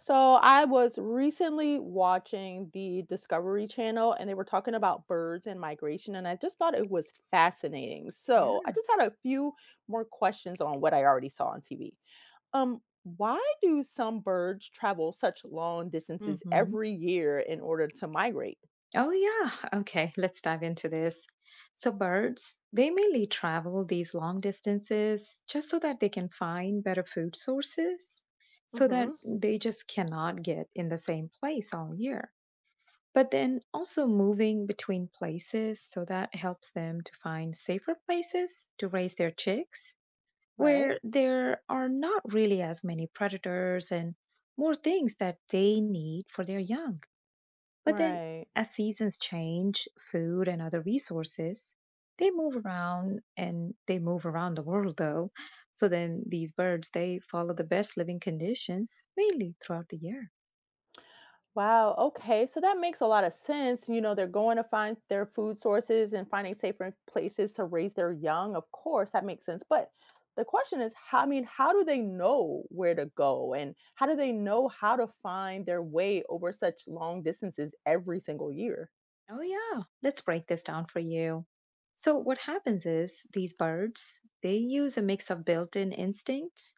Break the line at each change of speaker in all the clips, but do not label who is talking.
So I was recently watching the Discovery Channel and they were talking about birds and migration, and I just thought it was fascinating.
Yeah.
So I just had a few more questions on what I already saw on TV. Why do some birds travel such long distances
hmm
every year in order to migrate?
Oh, yeah. Okay, let's dive into this. So, birds, they mainly travel these long distances just so that they can find better food sources, so that
Hmm.
they just cannot get in the same place all year. But then also moving between places, so that helps them to find safer places to raise their chicks,
Right.
where there are not really as many predators and more things that they need for their young. But then,
Right.
as seasons change, food and other resources, they move around and they move around the world though. So then these birds, they follow the best living conditions mainly throughout the year.
Wow. Okay. So that makes a lot of sense. They're going to find their food sources and finding safer places to raise their young. Of course, that makes sense. But the question is, how, I mean, how do they know where to go and how do they know how to find their way over such long distances every single year?
Oh, yeah. Let's break this down for you. So what happens is these birds, they use a mix of built-in instincts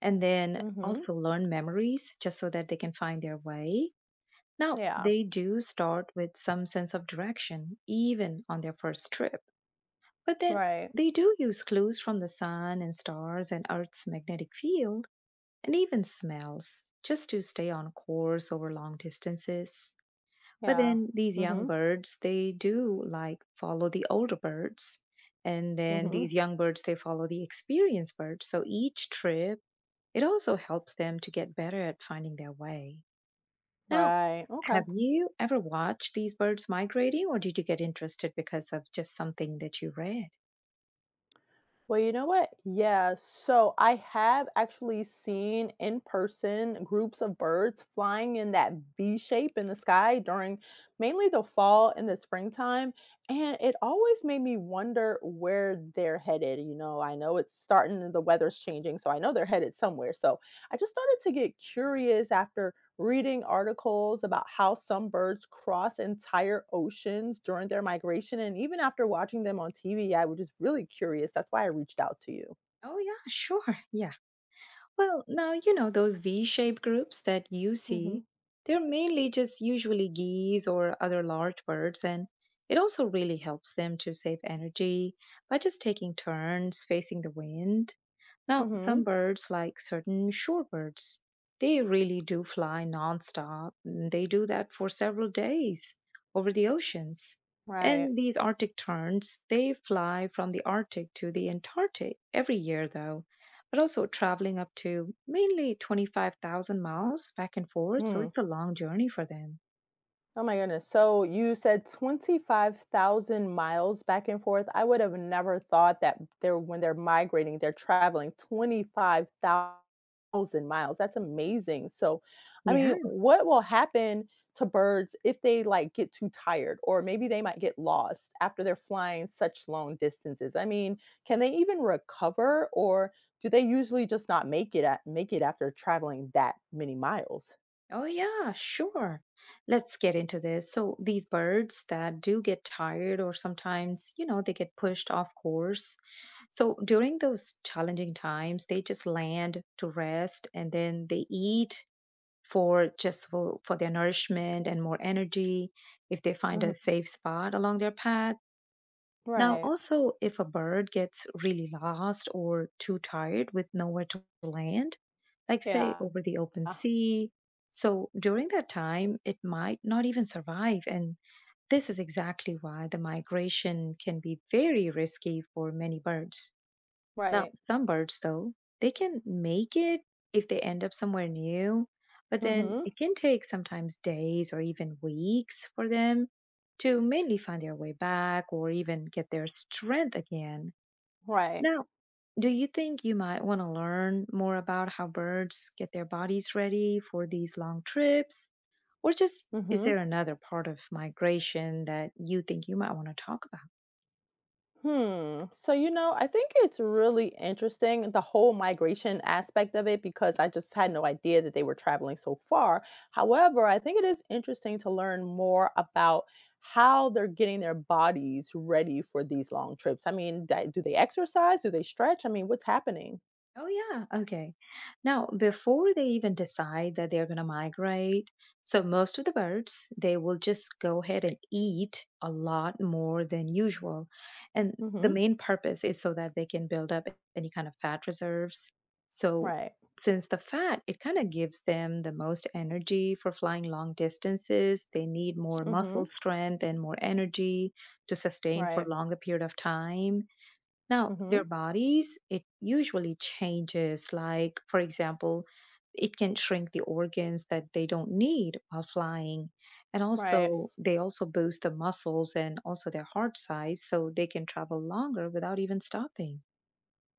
and then
Mm-hmm.
also learn memories just so that they can find their way. Now,
Yeah.
they do start with some sense of direction, even on their first trip. But then
Right.
they do use clues from the sun and stars and Earth's magnetic field and even smells just to stay on course over long distances. But
Yeah.
then these young
Mm-hmm.
birds, they do like follow the older birds. And then
Mm-hmm.
these young birds, they follow the experienced birds. So each trip, it also helps them to get better at finding their way. Now,
Right. Okay.
have you ever watched these birds migrating, or did you get interested because of just something that you read?
Well, you know what? Yeah. So I have actually seen in person groups of birds flying in that V shape in the sky during mainly the fall and the springtime. And it always made me wonder where they're headed. You know, I know it's starting, the weather's changing, so I know they're headed somewhere. So I just started to get curious after reading articles about how some birds cross entire oceans during their migration. And even after watching them on TV, I was just really curious. That's why I reached out to you.
Oh, yeah, sure. Yeah. Well, now, you know, those V shaped groups that you
Mm-hmm.
see, they're mainly just usually geese or other large birds. And it also really helps them to save energy by just taking turns facing the wind. Now,
Mm-hmm.
some birds, like certain shorebirds, they really do fly nonstop. And They do that for several days over the oceans.
Right.
And these Arctic terns, they fly from the Arctic to the Antarctic every year, though, but also traveling up to mainly 25,000 miles back and forth. So
Hmm.
it's a long journey for them.
Oh my goodness. So you said 25,000 miles back and forth. I would have never thought that they're when they're migrating, they're traveling 25,000 miles. That's amazing. So, I mean,
Yeah.
what will happen to birds if they like get too tired or maybe they might get lost after they're flying such long distances? I mean, can they even recover or do they usually just not make it at, make it after traveling that many miles?
Oh, yeah, sure. Let's get into this. So, these birds that do get tired, or sometimes, you know, they get pushed off course. So, during those challenging times, they just land to rest and then they eat for their nourishment and more energy if they find
Mhm.
a safe spot along their path. Now,
Right.
also, if a bird gets really lost or too tired with nowhere to land, like say
Yeah.
over the open sea, so during that time, it might not even survive. And this is exactly why the migration can be very risky for many birds. Now,
Right.
some birds, though, they can make it if they end up somewhere new, but then
Mhm.
it can take sometimes days or even weeks for them to mainly find their way back or even get their strength again.
Right.
Now, do you think you might want to learn more about how birds get their bodies ready for these long trips? Or just is
Mhm.
there another part of migration that you think you might want to talk about?
Hmm. So I think it's really interesting the whole migration aspect of it because I just had no idea that they were traveling so far. However, I think it is interesting to learn more about how they're getting their bodies ready for these long trips. I mean, do they exercise? Do they stretch? I mean, what's happening?
Oh, yeah. Okay. Now, before they even decide that they're going to migrate, so most of the birds, they will just go ahead and eat a lot more than usual. And the
Mhm.
main purpose is so that they can build up any kind of fat reserves. So,
Right.
since the fat, it kind of gives them the most energy for flying long distances, they need more muscle
Mhm.
strength and more energy to sustain for
Right.
longer period of time. Now, their
Mhm.
bodies, it usually changes. Like, for example, it can shrink the organs that they don't need while flying. And
Right.
also, they also boost the muscles and also their heart size so they can travel longer without even stopping.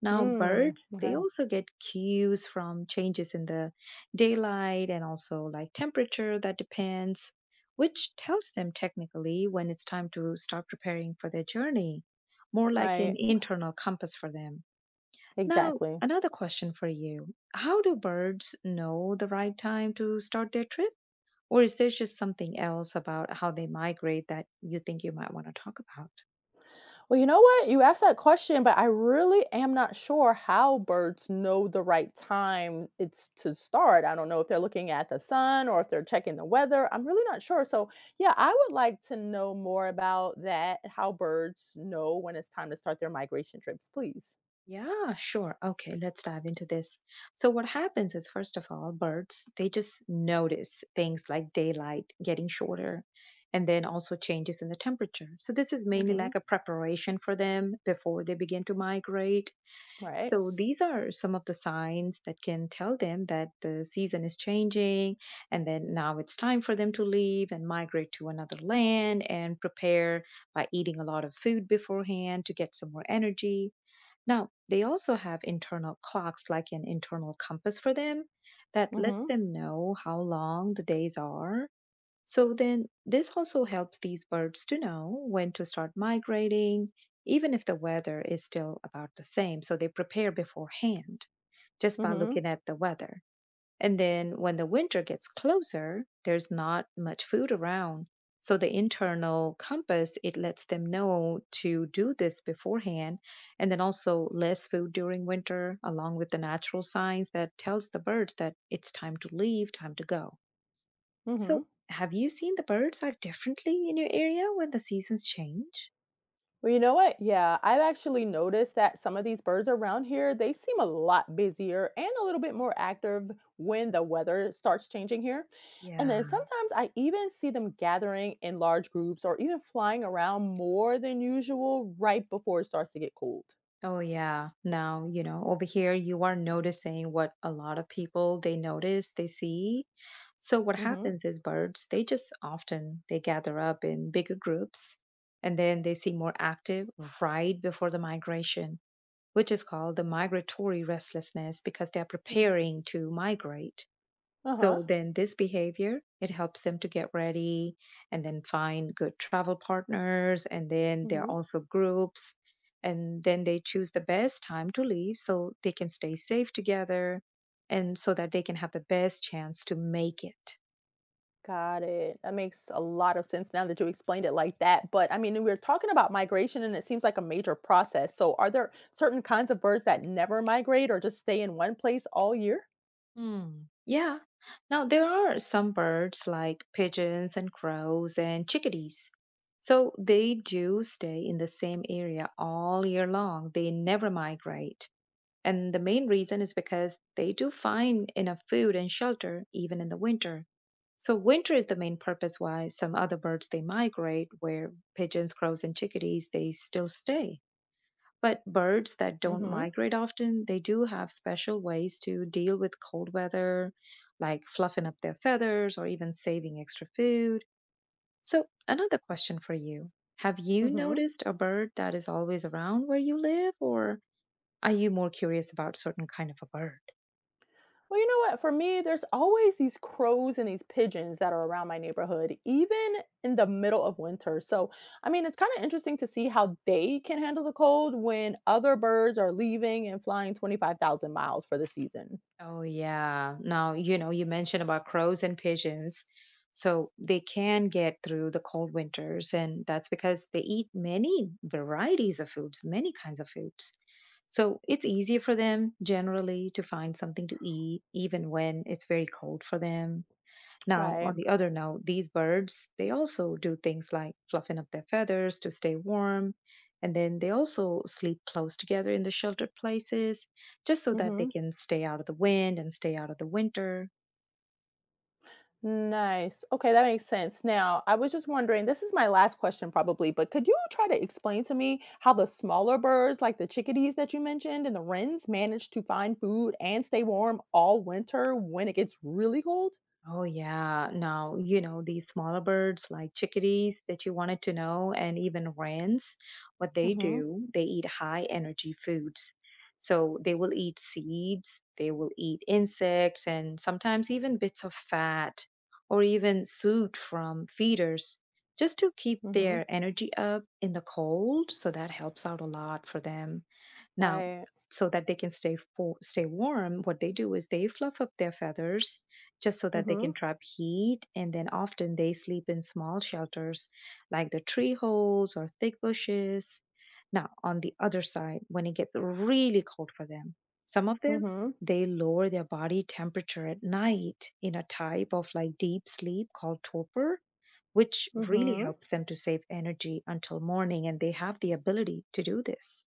Now,
Hmm.
birds, they
Okay.
also get cues from changes in the daylight and also like temperature that depends, which tells them technically when it's time to start preparing for their journey, more like an
Right.
internal compass for them. Now,
Exactly.
another question for you. How do birds know the right time to start their trip? Or is there just something else about how they migrate that you think you might want to talk about?
Well, you know what? You asked that question, but I really am not sure how birds know the right time it's to start. I don't know if they're looking at the sun or if they're checking the weather. I'm really not sure. So, yeah, I would like to know more about that, how birds know when it's time to start their migration trips, please.
Yeah, sure. Okay, let's dive into this. So, what happens is, first of all, birds, they just notice things like daylight getting shorter and then also changes in the temperature. So, this is mainly
Mhm.
like a preparation for them before they begin to migrate.
Right.
So, these are some of the signs that can tell them that the season is changing and then now it's time for them to leave and migrate to another land and prepare by eating a lot of food beforehand to get some more energy. Now, they also have internal clocks, like an internal compass for them, that lets
Mhm.
them know how long the days are. So then, this also helps these birds to know when to start migrating, even if the weather is still about the same. So they prepare beforehand just by
Mhm.
looking at the weather. And then when the winter gets closer, there's not much food around. So the internal compass, it lets them know to do this beforehand. And then also less food during winter, along with the natural signs that tells the birds that it's time to leave, time to go. So
Mhm.
have you seen the birds act differently in your area when the seasons change?
Well, you know what? Yeah, I've actually noticed that some of these birds around here, they seem a lot busier and a little bit more active when the weather starts changing here. And
Yeah.
then sometimes I even see them gathering in large groups or even flying around more than usual right before it starts to get cold.
Oh yeah. Now, you know, over here you are noticing what a lot of people they notice, they see. So what
Mhm.
happens is birds, they just often they gather up in bigger groups and then they seem more active right before the migration, which is called the migratory restlessness because they are preparing to migrate.
Uh-huh.
So then this behavior, it helps them to get ready and then find good travel partners. And then there are
Mhm.
also groups. And then they choose the best time to leave so they can stay safe together and so that they can have the best chance to make it.
Got it. That makes a lot of sense now that you explained it like that. But I mean, we're talking about migration and it seems like a major process. So, are there certain kinds of birds that never migrate or just stay in one place all year?
Hmm. Yeah. Now, there are some birds like pigeons and crows and chickadees. So they do stay in the same area all year long. They never migrate. And the main reason is because they do find enough food and shelter even in the winter. So winter is the main purpose why some other birds they migrate where pigeons, crows and chickadees they still stay. But birds that don't
Mhm.
migrate often, they do have special ways to deal with cold weather, like fluffing up their feathers or even saving extra food. So, another question for you. Have you
Mhm.
noticed a bird that is always around where you live, or are you more curious about certain kind of a bird?
Well, you know what? For me, there's always these crows and these pigeons that are around my neighborhood even in the middle of winter. So, I mean, it's kind of interesting to see how they can handle the cold when other birds are leaving and flying 25,000 miles for the season.
Oh, yeah. Now, you know, you mentioned about crows and pigeons. So they can get through the cold winters, and that's because they eat many varieties of foods, many kinds of foods. So it's easier for them generally to find something to eat, even when it's very cold for them. Now,
Right.
on the other note, these birds, they also do things like fluffing up their feathers to stay warm. And then they also sleep close together in the sheltered places just so that they
Mhm.
can stay out of the wind and stay out of the winter.
Nice. Okay, that makes sense. Now, I was just wondering, this is my last question probably, but could you try to explain to me how the smaller birds, like the chickadees that you mentioned and the wrens, manage to find food and stay warm all winter when it gets really cold?
Oh, yeah. Now, you know, these smaller birds like chickadees that you wanted to know, and even wrens, what they
Mm-hmm.
do, they eat high energy foods. So they will eat seeds, they will eat insects, and sometimes even bits of fat or even soot from feeders just to keep
Mm-hmm.
their energy up in the cold. So that helps out a lot for them. Now,
Right.
so that they can stay warm, what they do is they fluff up their feathers just so that they
Mm-hmm.
can trap heat, and then often they sleep in small shelters like the tree holes or thick bushes. Now, on the other side, when it gets really cold for them, some of them
Mm-hmm.
they lower their body temperature at night in a type of like deep sleep called torpor, which really
Mm-hmm.
helps them to save energy until morning, and they have the ability to do this.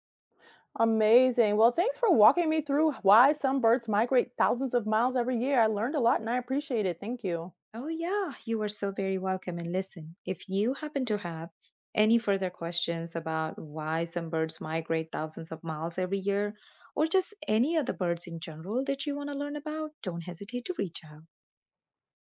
Amazing. Well, thanks for walking me through why some birds migrate thousands of miles every year. I learned a lot and I appreciate it. Thank you.
Oh, yeah, you are so very welcome. And listen, if you happen to have any further questions about why some birds migrate thousands of miles every year, or just any other birds in general that you want to learn about, don't hesitate to reach out.